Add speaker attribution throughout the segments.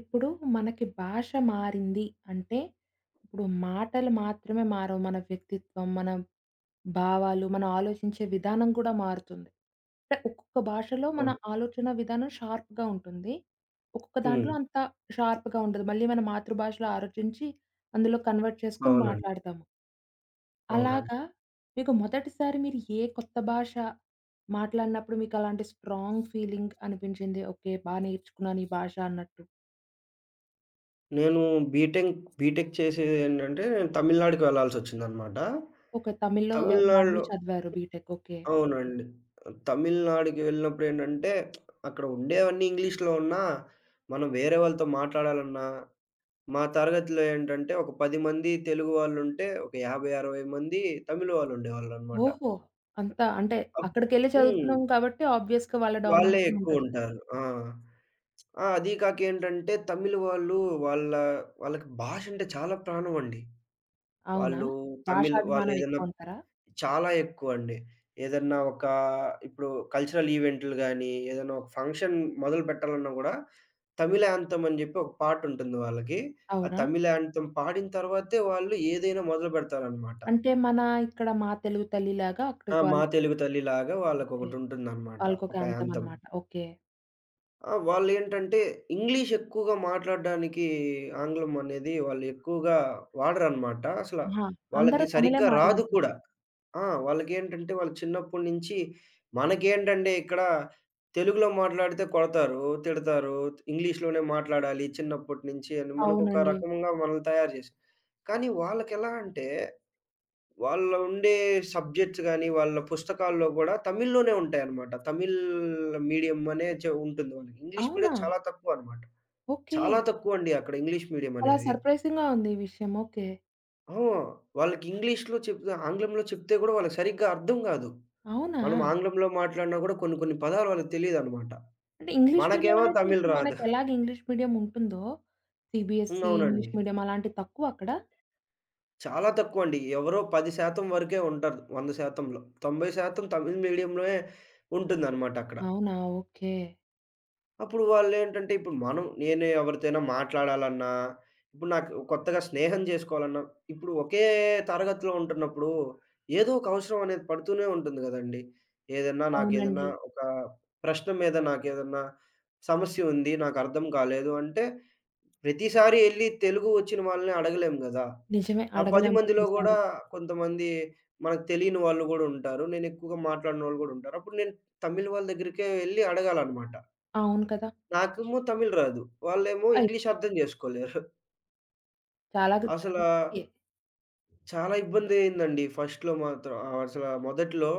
Speaker 1: ఇప్పుడు మనకి భాష మారింది అంటే, ఇప్పుడు మాటలు మాత్రమే మారవు. మన వ్యక్తిత్వం, మన భావాలు, మనం ఆలోచించే విధానం కూడా మారుతుంది. అంటే ఒక్కొక్క భాషలో మన
Speaker 2: అవును.
Speaker 1: ఆలోచన విధానం షార్ప్‌గా ఉంటుంది. ఒక్కొక్క దాంట్లో
Speaker 2: హ్మ్.
Speaker 1: అంత షార్ప్‌గా ఉండదు. మళ్ళీ మన మాతృభాషలో ఆలోచించి అందులో కన్వర్ట్ చేసుకొని
Speaker 2: అవునండి.
Speaker 1: మాట్లాడతాము.
Speaker 2: అవునండి.
Speaker 1: అలాగా మీకు మొదటిసారి మీరు ఏ కొత్త భాష మాట్లాడినప్పుడు మీకు అలాంటి స్ట్రాంగ్ ఫీలింగ్ అనిపించింది? ఓకే. బా నేర్చుకున్నాను ఈ భాష అన్నట్టు?
Speaker 2: నేను బీటెక్ బీటెక్ చేసేదేంటంటే నేను తమిళనాడుకి వెళ్ళాల్సొచ్చిందనమాట.
Speaker 1: ఓకే. తమిళ్ నాడులో
Speaker 2: తమిళనాడులో
Speaker 1: చదివారు బీటెక్. ఓకే.
Speaker 2: అవునండి. తమిళనాడుకి వెళ్ళినప్పుడేంటంటే, అక్కడ ఉండేవన్నీ ఇంగ్లీష్‌లో ఉన్నా, మనం వేరే వాళ్ళతో మాట్లాడాలన్నా, మా తరగతిలో ఏంటంటే ఒక 10 మంది తెలుగు వాళ్ళుంటే, ఒక 50, 60 మంది తమిళ్ వాళ్ళుండేవాళ్ళనమాట.
Speaker 1: ఓహో! అంతా అంటే
Speaker 2: అప్
Speaker 1: అక్కడికెళ్ళి
Speaker 2: హ్మ్.
Speaker 1: చదువుతున్నాం కాబట్టి ఆబ్వియస్‌గా వాళ్ళ
Speaker 2: వాళ్ళే
Speaker 1: డామినేషన్ ఉంటది.
Speaker 2: ఎక్కువుంటారు. ఆ! ఆ! అదీ కాక ఏంటంటే తమిళ్ వాళ్ళు వాళ్ళ వాళ్ళకి భాష అంటే చాలా ప్రాణం అండి.
Speaker 1: అవునా?
Speaker 2: వాళ్ళు తమిళ్
Speaker 1: భాషాభిమానం
Speaker 2: వాళ్ళేదన్నా
Speaker 1: ఎక్కువంటారా?
Speaker 2: చాలా ఎక్కువండి. ఏదన్నా ఒక ఇప్పుడు కల్చరల్ ఈవెంట్లు గాని, ఏదన్నా ఒక ఫంక్షన్ మొదలు పెట్టాలన్నా గూడా తమిళ్ యాంథమ్ అని జెప్పి ఒక పాటుంటుంది వాళ్ళకి. ఆ
Speaker 1: అవునా?
Speaker 2: తమిళ్ యాంథమ్ పాడిన తర్వాతే వాళ్ళు ఏదైనా మొదలు పెడతారనమాట.
Speaker 1: అంటే మన ఇక్కడ 'మా తెలుగు తల్లి'లాగా
Speaker 2: ఆ!
Speaker 1: అక్కడికి
Speaker 2: 'మా
Speaker 1: వాళ్ళకొక
Speaker 2: తెలుగు తల్లి' లాగా వాళ్ళకొకటుంటుందనమాట.
Speaker 1: వాళ్ళకొక
Speaker 2: ఒక
Speaker 1: యాంథమ్
Speaker 2: యాంథమ్.
Speaker 1: అనమాట. ఓకే.
Speaker 2: ఆ! వాళ్ళేంటంటే ఇంగ్లీష్ ఎక్కువగా మాట్లాడడానికి ఆంగ్లం అనేది వాళ్ళు ఎక్కువగా వాడరనమాట. అసల
Speaker 1: ఆహా! అందరూ
Speaker 2: వాళ్ళకి
Speaker 1: తమిళే
Speaker 2: సరిగ్గా రాదు
Speaker 1: మాట్లాడుతున్నారు.
Speaker 2: కూడా. ఆ! వాళ్ళకేంటంటే వాళ్ళు చిన్నప్పటి నుంచి మనకేంటంటే ఇక్కడ తెలుగులో మాట్లాడితే కొడతారు, తిడతారు. ఇంగ్లీష్‌లోనే మాట్లాడాలి చిన్నప్పటి నుంచి అని మనకొక
Speaker 1: అవునండి.
Speaker 2: రకంగా మనల్ని తయారు చేశారు. కానీ వాళ్ళకెలా అంటే వాళ్ళ ఉండే సబ్జెక్ట్స్ గాని, వాళ్ళ పుస్తకాల్లో గూడా తమిళ్‌లోనే ఉంటాయన్నమాట. తమిళ్ మీడియం అనే ఉంటుంది వాళ్ళకి. ఇంగ్లీష్
Speaker 1: అవునా?
Speaker 2: మీడియం చాలా తక్కువన్నమాట.
Speaker 1: ఓకే.
Speaker 2: చాలా తక్కువండి అక్కడ ఇంగ్లీష్ మీడియం
Speaker 1: చాలా
Speaker 2: అనేది.
Speaker 1: సర్ప్రైజింగ్‌గా ఉంది ఈ విషయం. ఓకే.
Speaker 2: ఆ! వాళ్ళకి ఇంగ్లీష్‌లో చెప్తే ఆంగ్లంలో చెప్తే గూడా వాళ్ళకి సరిగ్గా అర్థం గాదు.
Speaker 1: అవునా?
Speaker 2: మనం ఆంగ్లంలో మాట్లాడినా గూడా కొన్ని కొన్ని పదాలు వాళ్ళకి తెలీదన్నమాట.
Speaker 1: అంటే ఇంగ్లీష్ మీడియం
Speaker 2: మనకేమో
Speaker 1: అనేది
Speaker 2: తమిళ్
Speaker 1: ఇప్పుడు
Speaker 2: రాదు.
Speaker 1: మనకెలాగ ఇంగ్లీష్ మీడియం ఉంటుందో,
Speaker 2: హ్మ్.
Speaker 1: సీబీఎస్‌ఈ ఇంగ్లీష్
Speaker 2: అవునండి.
Speaker 1: మీడియం అలాంటివి తక్కువ అక్కడ?
Speaker 2: చాలా తక్కువండి. ఎవరో 10% వరకే ఉంటారు 100%లో. 90% తమిళ్ మీడియంలోనే ఉంటుందన్నమాట అక్కడ.
Speaker 1: అవునా! ఓకే.
Speaker 2: అప్పుడు వాళ్ళేంటంటే ఇప్పుడు నేను ఎవరితోనైనా మాట్లాడాలన్నా, ఇప్పుడు నాకు కొత్తగా స్నేహం చేసుకోవాలన్నా, ఇప్పుడు ఒకే తరగతిలో ఉంటున్నప్పుడు ఏదో ఒక అవసరం అనేది పడుతూనే ఉంటుంది గదండీ. నాకేదన్నా
Speaker 1: అవునండి.
Speaker 2: ఒక ప్రశ్న మీద నాకేదన్నా సమస్య ఉంది. నాకర్థం కాలేదు అంటే ప్రతిసారి ఎళ్లి తెలుగు వచ్చిన వాళ్ళని అడగలేం గదా!
Speaker 1: నిజమే.
Speaker 2: ఆ 10
Speaker 1: అడగలేం
Speaker 2: మందిలో గూడా
Speaker 1: ప్రతిసారి.
Speaker 2: కొంతమంది మనకు తెలియని వాళ్ళు గూడా ఉంటారు. నేను ఎక్కువగా మాట్లాడినోళ్ళు గూడా ఉంటారు. అప్పుడు నేను తమిళ్ వాళ్ళ దగ్గరికే వెళ్లి అడగాలన్నమాట.
Speaker 1: అవును కదా!
Speaker 2: నాకేమో తమిళ్ రాదు. వాళ్ళేమో
Speaker 1: అయ్!
Speaker 2: ఇంగ్లీష్ అర్థం జేసుకోలేరు.
Speaker 1: చాలా పెద్ద
Speaker 2: అసలా
Speaker 1: గిఫ్టే.
Speaker 2: చాలా ఇబ్బందయిందండి ఫస్ట్‌లో మాత్రం. అసల మొదట్లో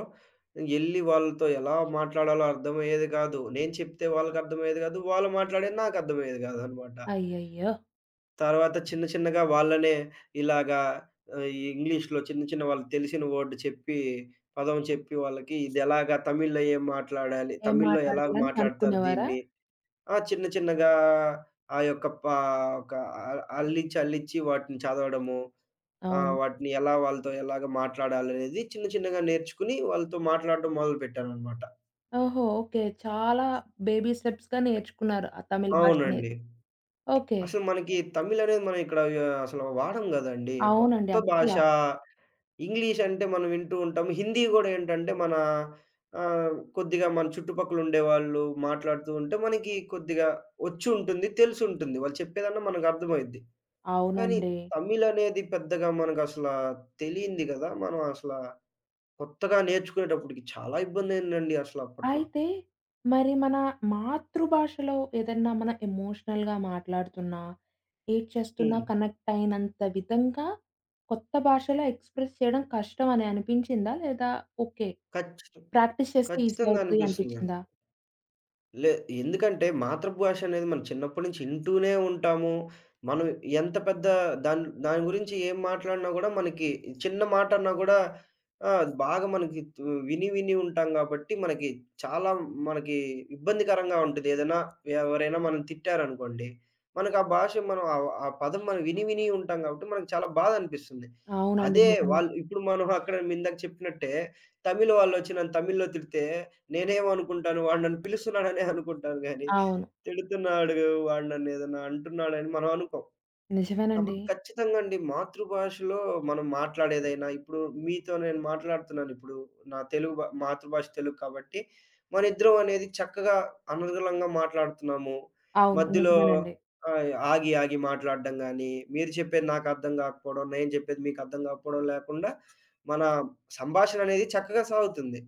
Speaker 2: ఎళ్లి వాళ్ళతో ఎలా మాట్లాడాలో అర్థమయ్యేది కాదు. నేను చెప్తే వాళ్ళకర్థమయ్యేది కాదు. వాళ్ళు మాట్లాడేది నాకర్థమయ్యేది కాదనమాట.
Speaker 1: అయ్యయ్యో!
Speaker 2: తర్వాత చిన్న చిన్నగా వాళ్ళనే ఇలాగా ఈ ఇంగ్లీష్‌లో చిన్న చిన్న వాళ్ళకి తెలిసిన వర్డ్ చెప్పి, పదం చెప్పి వాళ్ళకి ఇదెలాగా తమిళ్‌లో ఏం మాట్లాడాలి?
Speaker 1: ఏం
Speaker 2: తమిళ్‌లో ఎలాగ
Speaker 1: మాట్లాడతారని
Speaker 2: మాట్లాడతారు
Speaker 1: కనుక్కునేవారా?
Speaker 2: దీన్ని? ఆ! చిన్న చిన్నగా ఆ యొక్క పా ఒక అల్లిచ్చి, అల్లిచ్చి వాటిని చదవడము.
Speaker 1: అవును.
Speaker 2: వాటిని ఎలాగ మాట్లాడాలనేది చిన్న చిన్నగా నేర్చుకుని వాళ్ళతో మాట్లాడడం మొదలుపెట్టాననమాట.
Speaker 1: ఓహో! ఓకే. చాలా బేబీ స్టెప్స్‌గా నేర్చుకున్నారు. ఆ తమిళ్ భాష
Speaker 2: అవునండి.
Speaker 1: అనేది. ఓకే.
Speaker 2: అసలు మనకి తమిళనేది మనం ఇక్కడ అసలు వాడం గదండీ.
Speaker 1: అవునండి.
Speaker 2: కొత్త
Speaker 1: అస్సల.
Speaker 2: భాష. ఇంగ్లీష్ అంటే మనం వింటూ ఉంటాము. హిందీ గూడా ఏంటంటే మన కొద్దిగా మన చుట్టుపక్కల ఉండేవాళ్ళు మాట్లాడుతూ ఉంటే మనకి కొద్దిగా వచ్చుంటుంది, తెలిసుంటుంది. వాళ్ళు చెప్పేదన్నా మనకు అర్థమైద్ది. కానీ
Speaker 1: అవునండి.
Speaker 2: తమిళనేది పెద్దగా మనకసల తెలీంది గదా! మనం అసల కొత్తగా నేర్చుకునేటప్పటికి చాలా ఇబ్బందయిందండి అసల అప్పట్లో.
Speaker 1: అయితే, మరి మన మాతృభాషలో ఏదన్నా మనం ఎమోషనల్‌గా మాట్లాడుతున్నా, ఏడ్చేస్తున్నా
Speaker 2: హ్మ్.
Speaker 1: కనెక్ట్ అయినంత విధంగా కొత్త భాషలో ఎక్స్‌ప్రెస్ చేయడం కష్టం అని అనిపించిందా? లేదా ఓకే.
Speaker 2: ఖచ్చితం
Speaker 1: ప్రాక్టీస్ చేస్తే ఈజీ
Speaker 2: ఖచ్చితంగా
Speaker 1: అవుతది
Speaker 2: అనిపిస్తుంది.
Speaker 1: అనిపించిందా?
Speaker 2: లే ఎందుకంటే మాతృభాష అనేది మనం చిన్నప్పటి నుంచి ఇంటూనే ఉంటాము. మనం ఎంత పెద్ద దాని గురించి ఏం మాట్లాడినా గూడా మనకి చిన్న మాట అన్నా గూడా బాగా మనకి విని విని ఉంటాం గాబట్టి మనకి చాలా మనకి ఇబ్బందికరంగా ఉంటది. ఏదైనా ఎవరైనా మనల్ని తిట్టారనుకోండి. మనకు ఆ భాష మనం ఆ పదం మనం విని విని ఉంటాం గాబట్టి మనకు చాలా బాధ అనిపిస్తుంది.
Speaker 1: అవునండి.
Speaker 2: అదే
Speaker 1: నిజమే.
Speaker 2: వాళ్ళు ఇప్పుడు మనం అక్కడ ఇందాక చెప్పినట్టే తమిళ్ వాళ్ళొచ్చి నన్ను తమిళ్‌లో తిడితే నేనేమనుకుంటాను వాడు నన్ను పిలుస్తున్నాడనే అనుకుంటాను గానీ,
Speaker 1: అవును.
Speaker 2: తిడుతున్నాడు, వాడు నన్నేదన్నా అంటున్నాడని మనం అనుకోం.
Speaker 1: నిజమేనండి.
Speaker 2: కాబట్టి ఖచ్చితంగా అండి మాతృభాషలో మనం మాట్లాడేదైనా ఇప్పుడు మీతో నేను మాట్లాడుతున్నానిప్పుడు. నా తెలుగు భా మాతృభాష తెలుగు కాబట్టి, మనిద్దరం అనేది చక్కగా అనర్గళంగా మాట్లాడుతున్నాము.
Speaker 1: అవును.
Speaker 2: మధ్యలో
Speaker 1: నిజమేనండి.
Speaker 2: ఆగి ఆగి మాట్లాడడం గానీ, మీరు చెప్పేది నాకర్థం గాకపోవడం, నేను చెప్పేది మీకర్థం గాకపోవడం లేకుండా, మన సంభాషణ అనేది చక్కగా సాగుతుంది.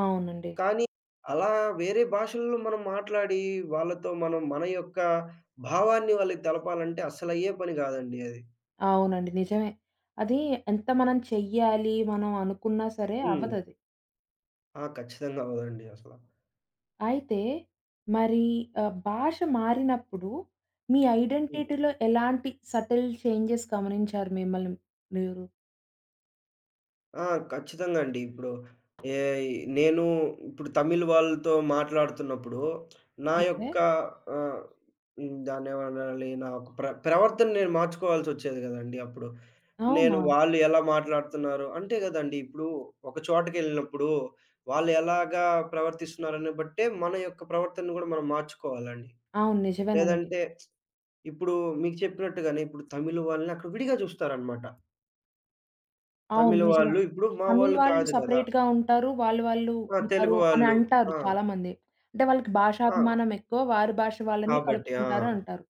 Speaker 1: అవునండి.
Speaker 2: కానీ అలా వేరే భాషల్లో మనం మాట్లాడి, వాళ్ళతో మనం మన యొక్క భావాన్ని వాళ్ళకి తెలపాలంటే అస్సలయ్యే పని కాదండి అది.
Speaker 1: అవునండి. నిజమే. అది ఎంత మనం చెయ్యాలి, మనం అనుకున్నా సరే
Speaker 2: హ్మ్.
Speaker 1: అవ్వదది.
Speaker 2: ఆ! ఖచ్చితంగా అవ్వదండి అసల.
Speaker 1: అయితే మరి భాష మారినప్పుడు మీ ఐడెంటిటీలో ఎలాంటి సటిల్ చేంజెస్ గమనించారు మిమ్మల్ని మీరు?
Speaker 2: ఆ! ఖచ్చితంగా అండి. ఇప్పుడు ఏ నేను ఇప్పుడు తమిళ్ వాళ్ళతో మాట్లాడుతున్నప్పుడు, నా
Speaker 1: అంటే
Speaker 2: యొక్క ఆహ్, దాన్నేమనాలి? నా యొక్క ప్రవర్తన నేను మార్చుకోవాల్సొచ్చేది గదండీ అప్పుడు. నేను
Speaker 1: అవునా?
Speaker 2: వాళ్ళు ఎలా మాట్లాడుతున్నారు అంతే గదండీ. ఇప్పుడు ఒక చోటకెళ్ళినప్పుడు వాళ్ళు ఎలాగా ప్రవర్తిస్తున్నారని బట్టే మన యొక్క ప్రవర్తనను గూడా మనం మార్చుకోవాలండి.
Speaker 1: అవును. నిజమేనండి.
Speaker 2: లేదంటే ఇప్పుడు మీకు చెప్పినట్టుగానే ఇప్పుడు తమిళ్ వాళ్ళని అక్కడ విడిగా జూస్తారనమాట.
Speaker 1: అవును.
Speaker 2: తమిళ్
Speaker 1: నిజమే.
Speaker 2: వాళ్ళు ఇప్పుడు మా
Speaker 1: తమిళ్
Speaker 2: వాళ్ళు
Speaker 1: వాళ్ళు
Speaker 2: కాదు గదా!
Speaker 1: సెపరేట్‌గా ఉంటారు. వాళ్ళు వాళ్ళు
Speaker 2: ఆ! తెలుగు
Speaker 1: ఉంటారు అని
Speaker 2: వాళ్ళు.
Speaker 1: అంటారు
Speaker 2: ఆ!
Speaker 1: చాలామంది. అంటే వాళ్ళకి
Speaker 2: ఆ!
Speaker 1: భాషాభిమానం ఎక్కువ. వారి భాష వాళ్ళని
Speaker 2: కాబట్టి. ఆ!
Speaker 1: కలుపుకుంటారు అంటారు.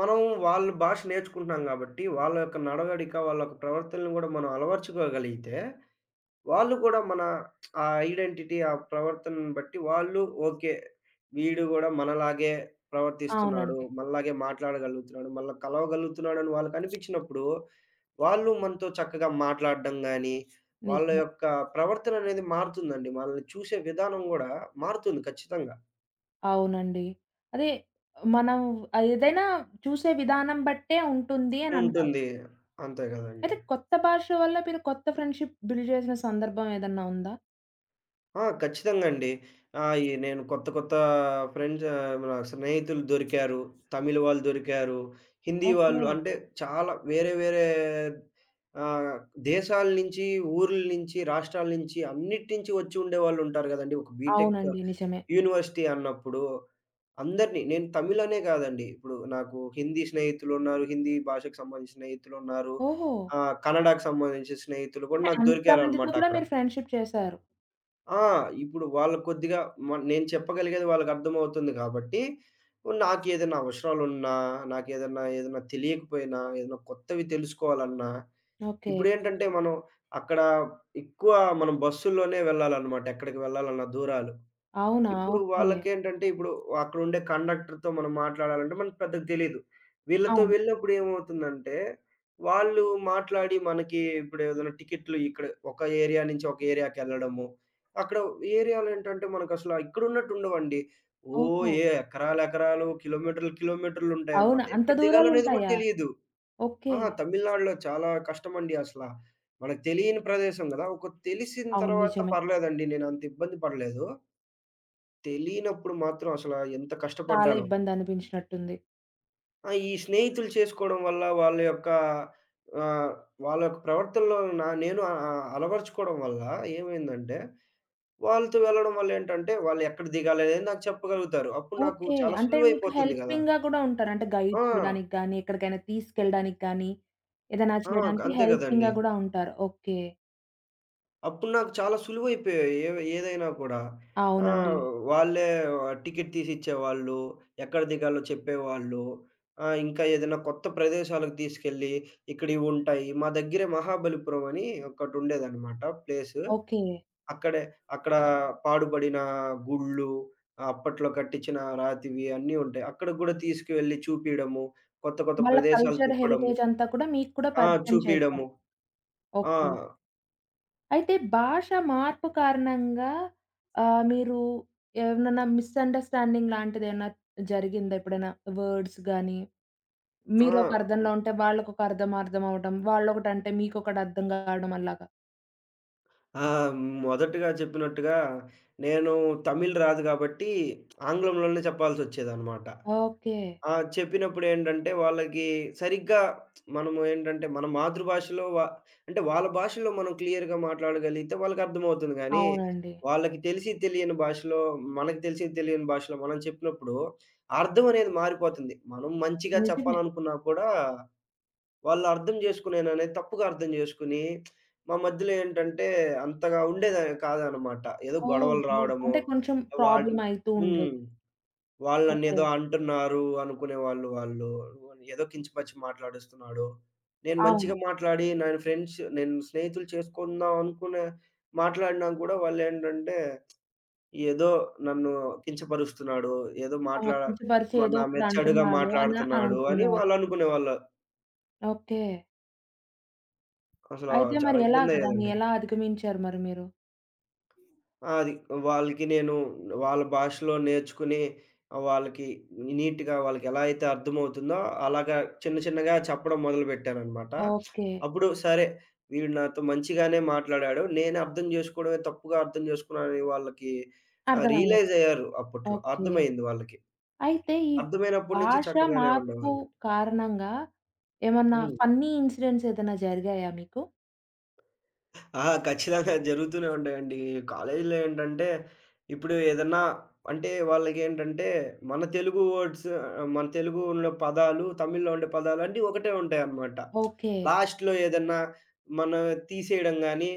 Speaker 2: మనం వాళ్ళ భాష నేర్చుకుంటున్నాం గాబట్టి, వాళ్ళ యొక్క నడవడిక, వాళ్ళ యొక్క ప్రవర్తనలను గూడా మనం అలవర్చుకోగలిగితే, వాళ్ళు కూడా మన ఆ ఐడెంటిటీ, ఆ ప్రవర్తనను బట్టి వాళ్ళు ఓకే. వీడు గూడా మనలాగే ప్రవర్తిస్తున్నాడు.
Speaker 1: అవునండి.
Speaker 2: మనలాగే మాట్లాడగలుగుతున్నాడు. మనలా కలవగలుగుతున్నాడని వాళ్ళకనిపించినప్పుడు, వాళ్ళు మనతో చక్కగా మాట్లాడడం గానీ, వాళ్ళ
Speaker 1: నిజమే.
Speaker 2: యొక్క ప్రవర్తన అనేది మారుతుందండి. మనల్ని చూసే విధానం గూడా మారుతుంది ఖచ్చితంగా.
Speaker 1: అవునండి. అదే మనం ఏదైనా చూసే విధానం బట్టే ఉంటుంది అని అంటారు.
Speaker 2: ఉంటుంది. అంతే గదండీ.
Speaker 1: అయితే కొత్త భాష వల్ల మీరు కొత్త ఫ్రెండ్‌షిప్ బిల్డ్ చేసిన సందర్భం ఏదన్నా ఉందా?
Speaker 2: ఆ! ఖచ్చితంగా అండి. ఈ నేను కొత్త కొత్త ఫ్రెండ్స్ మన స్నేహితులు దొరికారు. తమిళ్ వాళ్ళు దొరికారు. హిందీ
Speaker 1: ఓకే.
Speaker 2: వాళ్ళు అంటే చాలా వేరే వేరే ఆహ్, దేశాల నుంచి, ఊర్ల నుంచి, రాష్ట్రాల నుంచి అన్నిటి నుంచి వచ్చి ఉండేవాళ్ళు ఉంటారు గదండీ. ఒక బీటెక్
Speaker 1: అవునండి. నిజమే.
Speaker 2: యూనివర్సిటీ అన్నప్పుడు అందరిని నేను తమిళ్ అనే గాదండి. ఇప్పుడు నాకు హిందీ స్నేహితులున్నారు. హిందీ భాషకు సంబంధించిన స్నేహితులున్నారు.
Speaker 1: ఓహో!
Speaker 2: కన్నడకు సంబంధించిన స్నేహితులు కూడా
Speaker 1: అంటే
Speaker 2: నాకు
Speaker 1: అంతమందితో
Speaker 2: దొరికారనమాట
Speaker 1: కూడా
Speaker 2: అక్కడ.
Speaker 1: మీరు ఫ్రెండ్‌షిప్ చేశారు.
Speaker 2: ఆ! ఇప్పుడు వాళ్ళు కొద్దిగా నేను చెప్పగలిగేది వాళ్ళకర్థమవుతుంది కాబట్టి, నాకేదైనా అవసరాలున్నా, ఏదన్నా తెలియకపోయినా, ఏదన్నా కొత్తవి తెలుసుకోవాలన్నా,
Speaker 1: ఓకే.
Speaker 2: ఇప్పుడేంటంటే మనం అక్కడ ఎక్కువ మనం బస్సుల్లోనే వెళ్ళాలనమాట ఎక్కడికి వెళ్ళాలన్నా దూరాలు.
Speaker 1: అవునా?
Speaker 2: ఇప్పుడు
Speaker 1: ఓకే.
Speaker 2: వాళ్ళకేంటంటే ఇప్పుడు అక్కడుండే కండక్టర్‌తో మనం మాట్లాడాలంటే మనకు పెద్దగా తెలీదు. వీళ్ళతో
Speaker 1: అవును.
Speaker 2: వెళ్ళినప్పుడు ఏమవుతుందంటే, వాళ్ళు మాట్లాడి మనకి ఇప్పుడు ఏదైనా టికెట్లు ఇక్కడ ఒక ఏరియా నుంచి ఒక ఏరియాకెళ్ళడము. అక్కడ ఏరియాలో ఏంటంటే మనకసల ఇక్కడున్నట్టు ఉండవండి. ఓ
Speaker 1: ఓహో!
Speaker 2: ఎకరాలు ఎకరాలు, కిలోమీటర్లు
Speaker 1: అవునా?
Speaker 2: కిలోమీటర్లుంటాయన్నమాట.
Speaker 1: అంత
Speaker 2: ఎక్కడ దిగాలనేది కూడా
Speaker 1: దూరాలుంటాయా?
Speaker 2: తెలీదు.
Speaker 1: ఓకే.
Speaker 2: ఆ! తమిళనాడులో చాలా కష్టమండి అసల. మనకు తెలియని ప్రదేశం గదా! ఒక తెలిసిన
Speaker 1: అవును.
Speaker 2: తర్వాత
Speaker 1: నిజమే.
Speaker 2: పర్లేదండి నేనంత ఇబ్బంది పడలేదు. తెలీనప్పుడు మాత్రం అసల ఎంత
Speaker 1: చాలా
Speaker 2: కష్టపడ్డానో.
Speaker 1: ఇబ్బందనిపించినట్టుంది.
Speaker 2: ఆ! ఈ స్నేహితులు చేసుకోవడం వల్ల వాళ్ళ యొక్క ఆహ్, వాళ్ళ యొక్క ప్రవర్తనలో నేను ఆహ్, ఆహ్, అలవరుచుకోవడం వల్ల ఏమైందంటే, వాళ్ళతో వెళ్ళడం వల్ల ఏంటంటే, వాళ్ళు ఎక్కడ దిగాలి అనేది నాకు చెప్పగలుగుతారు. అప్పుడు నాకు
Speaker 1: ఓకే.
Speaker 2: చాలా
Speaker 1: అంటే మీకు
Speaker 2: సులువైపోతుంది గదా!
Speaker 1: హెల్పింగ్‌గా కూడా ఉంటారు. అంటే గైడ్
Speaker 2: ఆ!
Speaker 1: చేయడానికి గానీ, ఎక్కడికైనా తీసుకెళ్ళడానికి గానీ, ఏదైనా
Speaker 2: ఆ!
Speaker 1: చేయడానికి
Speaker 2: అంతే
Speaker 1: హెల్పింగ్‌గా
Speaker 2: గదండీ!
Speaker 1: గూడా ఉంటారు. ఓకే.
Speaker 2: అప్పుడు నాకు చాలా సులువైపోయాయి. ఏదైనా కూడా.
Speaker 1: అవునండి.
Speaker 2: ఆహ్, వాళ్ళే టికెట్ తీసిచ్చేవాళ్ళు. ఎక్కడ దిగాలో చెప్పేవాళ్ళు. ఇంకా ఏదైనా కొత్త ప్రదేశాలకు తీసుకెళ్ళి, ఇక్కడివుంటాయి. మా దగ్గరే మహాబలిపురం అని ఒకటుండేదనమాట ప్లేసు.
Speaker 1: ఓకే.
Speaker 2: అక్కడే అక్కడ పాడుబడిన గుళ్ళు, ఆ, అప్పట్లో కట్టించిన రాతివి అన్నీ ఉంటాయి. అక్కడికి గూడా తీసుకువెళ్ళి చూపియడము, కొత్త కొత్త
Speaker 1: వాళ్ళ
Speaker 2: ప్రదేశాలు
Speaker 1: కల్చర్,
Speaker 2: తిప్పడము.
Speaker 1: హెరిటేజ్ అంతా కూడా మీకు కూడా
Speaker 2: ఆ!
Speaker 1: పరిచయం చేశారు.
Speaker 2: చూపియడము. ఆ!
Speaker 1: ఓకే. అయితే భాష మార్పు కారణంగా మీరు ఏమన్నా మిస్‌అండర్‌స్టాండింగ్ లాంటిదేమన్నా జరిగిందా ఎప్పుడైనా? వర్డ్స్ గాని,
Speaker 2: ఆ!
Speaker 1: మీరొక అర్థంలో ఉంటే వాళ్ళకొక అర్థం అర్థం అవ్వడం, వాళ్ళొకటంటే మీకొకటి అర్థం కావడం అలాగా?
Speaker 2: ఆ! మొదటగా చెప్పినట్టుగా నేను తమిళ్ రాదు గాబట్టి, ఆంగ్లంలోనే చెప్పాల్సొచ్చేదనమాట.
Speaker 1: ఓకే.
Speaker 2: ఆ! చెప్పినప్పుడేంటంటే, వాళ్ళకి సరిగ్గా మనము ఏంటంటే, మన మాతృభాషలో వ అంటే వాళ్ళ భాషలో మనం క్లియర్‌గా మాట్లాడగలిగితే వాళ్ళకర్థమవుతుంది గానీ,
Speaker 1: అవునండి.
Speaker 2: వాళ్ళకి తెలిసి తెలియని భాషలో, మనకు తెలిసి తెలియని భాషలో మనం చెప్పినప్పుడు, అర్థమనేది మారిపోతుంది. మనం మంచిగా
Speaker 1: నిజమే.
Speaker 2: చెప్పాలనుకున్నా కూడా వాళ్ళు అర్థం చేసుకునేననే తప్పుగా అర్థం చేసుకొని, మా మధ్యలో ఏంటంటే అంతగా ఉండేది కాదనమాట. ఏదో
Speaker 1: ఓహ్!
Speaker 2: గొడవలు
Speaker 1: ఓహ్!
Speaker 2: రావడము,
Speaker 1: అంటే కొంచెం
Speaker 2: వాడి
Speaker 1: ప్రాబ్లమ్ అయితూ
Speaker 2: హ్మ్.
Speaker 1: ఉండేది.
Speaker 2: వాళ్ళు
Speaker 1: ఓకే.
Speaker 2: నన్నేదో అంటున్నారు అనుకునేవాళ్ళు వాళ్ళు. ఏదో కించపరిచి మాట్లాడేస్తున్నాడు. నేను మంచిగా
Speaker 1: అవును.
Speaker 2: మాట్లాడి నేను స్నేహితులు చేసుకుందాం అనుకునే మాట్లాడినా కూడా వాళ్ళేంటంటే ఏదో నన్ను కించపరుస్తున్నాడు. ఏదో
Speaker 1: ఆ!
Speaker 2: మాట్లా
Speaker 1: కించపరిచి ఏదో
Speaker 2: నా
Speaker 1: ఒకటి
Speaker 2: మీద చెడుగా
Speaker 1: అంటున్నాడు అని
Speaker 2: మాట్లాడుతున్నాడు అని
Speaker 1: అనుకునేవారు.
Speaker 2: వాళ్ళనుకునేవాళ్ళు.
Speaker 1: ఓకే.
Speaker 2: అసల
Speaker 1: అయితే మరి
Speaker 2: చాలా
Speaker 1: ఎలా దాన్ని
Speaker 2: ఇబ్బందయ్యేదండి.
Speaker 1: ఎలా అధిగమించారు మరి మీరు?
Speaker 2: ఆ! అది. వాళ్ళకి నేను వాళ్ళ భాషలో నేర్చుకుని వాళ్ళకి నీట్‌గా వాళ్ళకెలా అయితే అర్థమవుతుందో అలాగా చిన్న చిన్నగా చెప్పడం మొదలుపెట్టాననమాట.
Speaker 1: ఓకే.
Speaker 2: అప్పుడు సరే వీడు నాతో మంచిగానే మాట్లాడాడు. నేను అర్థం చేసుకోవడమే తప్పుగా అర్థం చేసుకున్నానని వాళ్ళకి
Speaker 1: అర్థమయ్యేది.
Speaker 2: రియలైజ్ అయ్యారు అప్పట్లో.
Speaker 1: ఓకే.
Speaker 2: అర్థమైంది వాళ్ళకి.
Speaker 1: అయితే ఈ
Speaker 2: అర్థమైనప్పటి నుంచి
Speaker 1: భాష
Speaker 2: చక్కగానే
Speaker 1: మార్పు
Speaker 2: ఉండేవాళ్ళండి.
Speaker 1: కారణంగా ఏమన్నా
Speaker 2: హ్మ్.
Speaker 1: ఫన్నీ ఇన్సిడెంట్స్ ఏదైనా జరిగాయా మీకు?
Speaker 2: ఆ! ఖచ్చితంగా జరుగుతూనే ఉంటాయండి. కాలేజీలో ఏంటంటే, ఇప్పుడు ఏదన్నా అంటే వాళ్ళకేంటంటే, మన తెలుగు వర్డ్స్ మన తెలుగు ఉన్న పదాలు, తమిళ్‌లో ఉండే పదాలు అన్నీ ఒకటే ఉంటాయన్నమాట.
Speaker 1: ఓకే.
Speaker 2: లాస్ట్‌లో ఏదన్నా మనం తీసేయడం గానీ,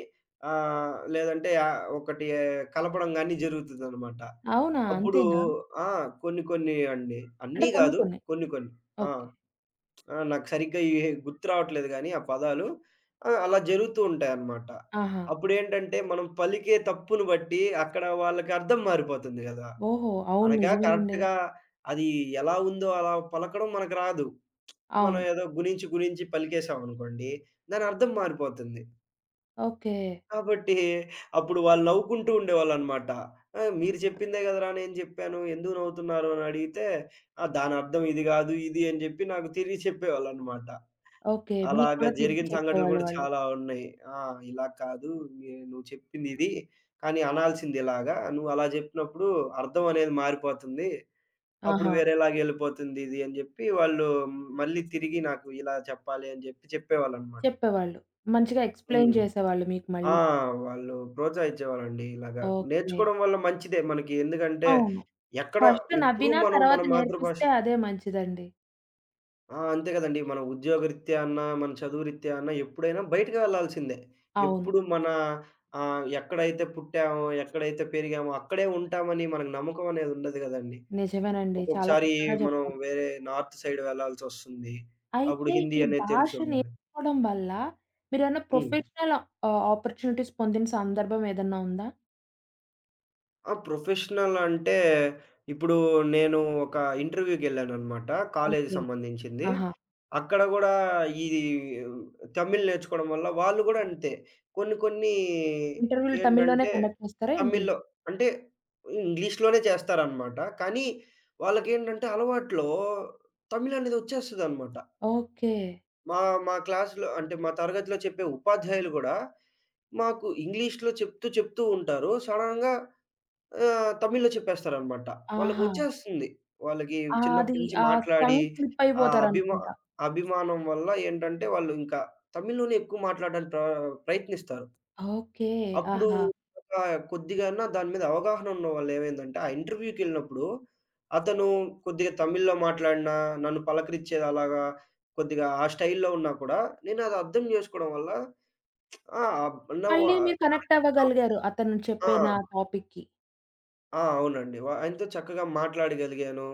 Speaker 2: లేదంటే ఒకటి కలపడం గానీ జరుగుతదనమాట.
Speaker 1: అవునా?
Speaker 2: అప్పుడు
Speaker 1: అంతేనా?
Speaker 2: ఆ! కొన్ని కొన్ని అండి.
Speaker 1: అంటే
Speaker 2: అన్నీ
Speaker 1: కొన్ని
Speaker 2: గాదు.
Speaker 1: కొన్ని.
Speaker 2: కొన్ని కొన్ని. ఆ!
Speaker 1: ఓకే.
Speaker 2: ఆ! నాకు సరిగ్గా గుర్తు రావట్లేదు గానీ ఆ పదాలు. ఆ! అలా జరుగుతూ ఉంటాయన్నమాట.
Speaker 1: ఆహా!
Speaker 2: అప్పుడేంటంటే మనం పలికే తప్పును బట్టి అక్కడ వాళ్ళకి అర్థం మారిపోతుంది గదా!
Speaker 1: ఓహో! అవును.
Speaker 2: మనకా
Speaker 1: నిజమేనండి.
Speaker 2: కరెక్ట్‌గా అది ఎలా ఉందో అలా పలకడం మనకు రాదు. మనం
Speaker 1: అవును.
Speaker 2: ఏదో గుణించి, గుణించి పలికేసామనుకోండి దాని అర్థం మారిపోతుంది.
Speaker 1: ఓకే.
Speaker 2: కాబట్టి అప్పుడు వాళ్ళు నవ్వుకుంటూ ఉండేవాళ్ళన్నమాట. "ఆ! మీరు చెప్పిందే గదరా! నేను చెప్పాను. ఎందుకు నవ్వుతున్నారు?" అని అడిగితే, "ఆ! దానర్థం ఇది గాదు, ఇది" అని జెప్పి నాకు తిరిగి చెప్పేవాళ్ళన్నమాట.
Speaker 1: ఓకే. మీకు
Speaker 2: అలాగా
Speaker 1: కూడా తిరిగి
Speaker 2: జరిగిన సంఘటనలు
Speaker 1: చెప్పేవాళ్ళు
Speaker 2: కూడా
Speaker 1: వాళ్ళు.
Speaker 2: చాలా ఉన్నాయి. ఆ! ఇలా కాదు నువ్వు చెప్పిందిది. కానీ అనాల్సింది ఇలాగా. నువ్వు అలా చెప్పినప్పుడు అర్థం అనేది మారిపోతుంది. అప్పుడు
Speaker 1: ఆహా!
Speaker 2: వేరేలాగెళ్ళిపోతుంది ఇది అని జెప్పి వాళ్ళు మళ్ళీ తిరిగి నాకు ఇలా చెప్పాలి అని జెప్పి చెప్పేవాళ్ళనమాట.
Speaker 1: చెప్పేవాళ్ళు. మంచిగా ఎక్స్‌ప్లెయిన్
Speaker 2: హ్మ్.
Speaker 1: చేసేవాళ్ళు మీకు
Speaker 2: ఆ!
Speaker 1: మళ్ళీ.
Speaker 2: వాళ్ళు ప్రోత్సహించేవాళ్ళండి ఇలాగా.
Speaker 1: ఓకే.
Speaker 2: నేర్చుకోవడం వల్ల మంచిదే మనకి. ఎందుకంటే
Speaker 1: అవును.
Speaker 2: ఎక్కడ
Speaker 1: ఫస్ట్
Speaker 2: ఎప్పుడూ
Speaker 1: నవ్వినా
Speaker 2: మనం
Speaker 1: తర్వాత
Speaker 2: మన మాతృభాష
Speaker 1: నేర్పిస్తే అదే మంచిదండి.
Speaker 2: ఆ! అంతే గదండీ. మన ఉద్యోగరీత్యా అన్నా, మన చదువురీత్యా అన్నా ఎప్పుడైనా బయటికి వెళ్ళాల్సిందే.
Speaker 1: అవును.
Speaker 2: ఎప్పుడు మన ఎక్కడైతే పుట్టామో, ఎక్కడైతే పెరిగామో అక్కడే ఉంటామని మనకు నమ్మకం అనేది ఉండదు గదండీ.
Speaker 1: నిజమేనండి. చాలా
Speaker 2: ఒక్కొక్కసారి
Speaker 1: చక్కగా
Speaker 2: మనం
Speaker 1: చెప్పారు.
Speaker 2: వేరే నార్త్ సైడ్ వెళ్ళాల్సొస్తుంది. అప్పుడు
Speaker 1: అయితే
Speaker 2: హిందీ
Speaker 1: ఈ
Speaker 2: అనేది
Speaker 1: భాష
Speaker 2: తెలిసుండాలి.
Speaker 1: నేర్చుకోవడం వల్ల మీరేమన్నా
Speaker 2: హ్మ్.
Speaker 1: ప్రొఫెషనల్ ఆపర్చునిటీస్ పొందిన సందర్భం ఏదన్నా ఉందా?
Speaker 2: ఆ! ప్రొఫెషనల్ అంటే, ఇప్పుడు నేను ఒక ఇంటర్‌వ్యూకెళ్ళాననమాట. College
Speaker 1: okay.
Speaker 2: సంబంధించింది.
Speaker 1: ఆహా!
Speaker 2: అక్కడ గూడా ఈ తమిళ్ నేర్చుకోవడం వల్ల వాళ్ళు గూడా అంతే. కొన్ని కొన్ని
Speaker 1: ఇంటర్వ్యూలు తమిళ్‌లోనే
Speaker 2: ఏంటంటే,
Speaker 1: కండక్ట్ చేస్తారా ఏంటి?
Speaker 2: తమిళ్‌లో అంటే ఇంగ్లీష్‌లోనే చేస్తారనమాట. కానీ వాళ్ళకేంటంటే అలవాట్లో తమిళ్ అనేది వచ్చేస్తదనమాట.
Speaker 1: ఓకే.
Speaker 2: మా మా క్లాస్‌లో అంటే మా తరగతిలో చెప్పే ఉపాధ్యాయులు గూడా, మాకు ఇంగ్లీష్‌లో చెప్తూ చెప్తూ ఉంటారు. సడెన్‌గా ఆ! తమిళ్‌లో చెప్పేస్తారనమాట.
Speaker 1: ఆహా!
Speaker 2: వాళ్ళకొచ్చేస్తుంది. వాళ్ళకి
Speaker 1: ఆ! అది
Speaker 2: చిన్నప్పటి నుంచి
Speaker 1: ఆ
Speaker 2: మాట్లాడి
Speaker 1: టంగ్ స్లిప్
Speaker 2: ఆ అభిమా
Speaker 1: అయిపోతారనుకుంటా.
Speaker 2: అభిమానం వల్ల ఏంటంటే, వాళ్ళు ఇంకా తమిళ్‌లోనే ఎక్కువ మాట్లాడడానికి ప్రయత్నిస్తారు.
Speaker 1: ఓకే.
Speaker 2: అప్పుడు
Speaker 1: ఆహా!
Speaker 2: ఒక కొద్దిగన్నా దాని మీద అవగాహన ఉన్నవాళ్ళు ఏమైందంటే, ఆ ఇంటర్వ్యూకెళ్ళినప్పుడు అతను కొద్దిగా తమిళ్‌లో మాట్లాడినా, నన్ను పలకరించేది అలాగా కొద్దిగా ఆ స్టైల్‌లో ఉన్నా కూడా నేనది అర్థం జేసుకోవడం వల్ల ఆ! అప్ నౌ
Speaker 1: మళ్ళీ
Speaker 2: ఆ!
Speaker 1: మీరు కనెక్ట్
Speaker 2: కరెక్ట్.
Speaker 1: అవ్వగలిగారు. అతను
Speaker 2: ఆ!
Speaker 1: చెప్పిన టాపిక్‌కి.
Speaker 2: ఆ! అవునండి. ఆయనతో చక్కగా మాట్లాడగలిగాను.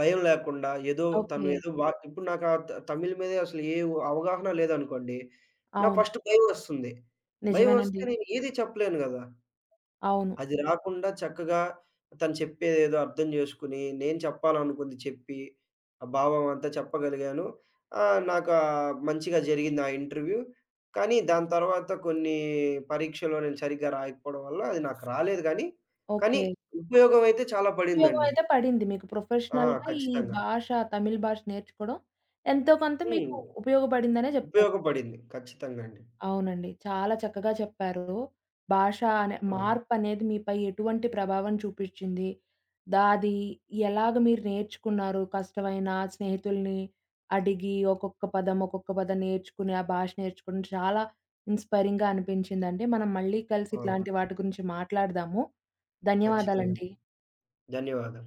Speaker 2: భయం లేకుండా ఏదో తను
Speaker 1: ఓకే.
Speaker 2: ఏదో వా ఇప్పుడు నాకు ఆ త తమిళ్ మీద అసలు అవగాహన లేదనుకోండి. నాకు
Speaker 1: అవును.
Speaker 2: ఫస్ట్ భయమేస్తుంది. భయమేస్తే
Speaker 1: నిజమేనండి.
Speaker 2: నేను ఏది చెప్పలేను గదా!
Speaker 1: అవును.
Speaker 2: అది రాకుండా చక్కగా తను చెప్పేదేదో అర్థం చేసుకొని, నేను చెప్పాలనుకుంది చెప్పి, ఆ భావం అంతా చెప్పగలిగాను. నాకు మంచిగా జరిగింది ఆ ఇంటర్వ్యూ. కానీ దాని తర్వాత కొన్ని పరీక్షలో నేను సరిగ్గా రాయకపోవడం వల్ల అది నాకు రాలేదు గానీ, కానీ
Speaker 1: ఓకే.
Speaker 2: ఉపయోగం అయితే చాలా
Speaker 1: ఉపయోగం
Speaker 2: పడిందండి.
Speaker 1: అయితే పడింది మీకు.
Speaker 2: ఆ!
Speaker 1: ప్రొఫెషనల్‌గా ఈ
Speaker 2: ఖచ్చితంగా.
Speaker 1: భాష తమిళ్ భాష నేర్చుకోవడం ఎంతో కొంత మీకు
Speaker 2: హ్మ్.
Speaker 1: ఉపయోగపడిందనే చెప్తారు.
Speaker 2: ఉపయోగపడింది. ఖచ్చితంగా అండి.
Speaker 1: అవునండి. చాలా చక్కగా చెప్పారు. భాష అనే
Speaker 2: అవును.
Speaker 1: మార్పనేది మీపై ఎటువంటి ప్రభావం చూపిచ్చింది? దా అది ఎలాగ మీరు నేర్చుకున్నారు? కష్టమైన స్నేహితుల్ని అడిగి ఒక్కొక్క పదం, ఒక్కొక్క పదం నేర్చుకుని, ఆ భాష నేర్చుకుని చాలా ఇన్‌స్పైరింగ్‌గా అనిపించిందండి. మనం మళ్ళీ కలిసి
Speaker 2: అవును.
Speaker 1: ఇట్లాంటి వాటి గురించి మాట్లాడదాము.
Speaker 2: ఖచ్చితంగా.
Speaker 1: ధన్యవాదాలండి.
Speaker 2: ధన్యవాదాలు.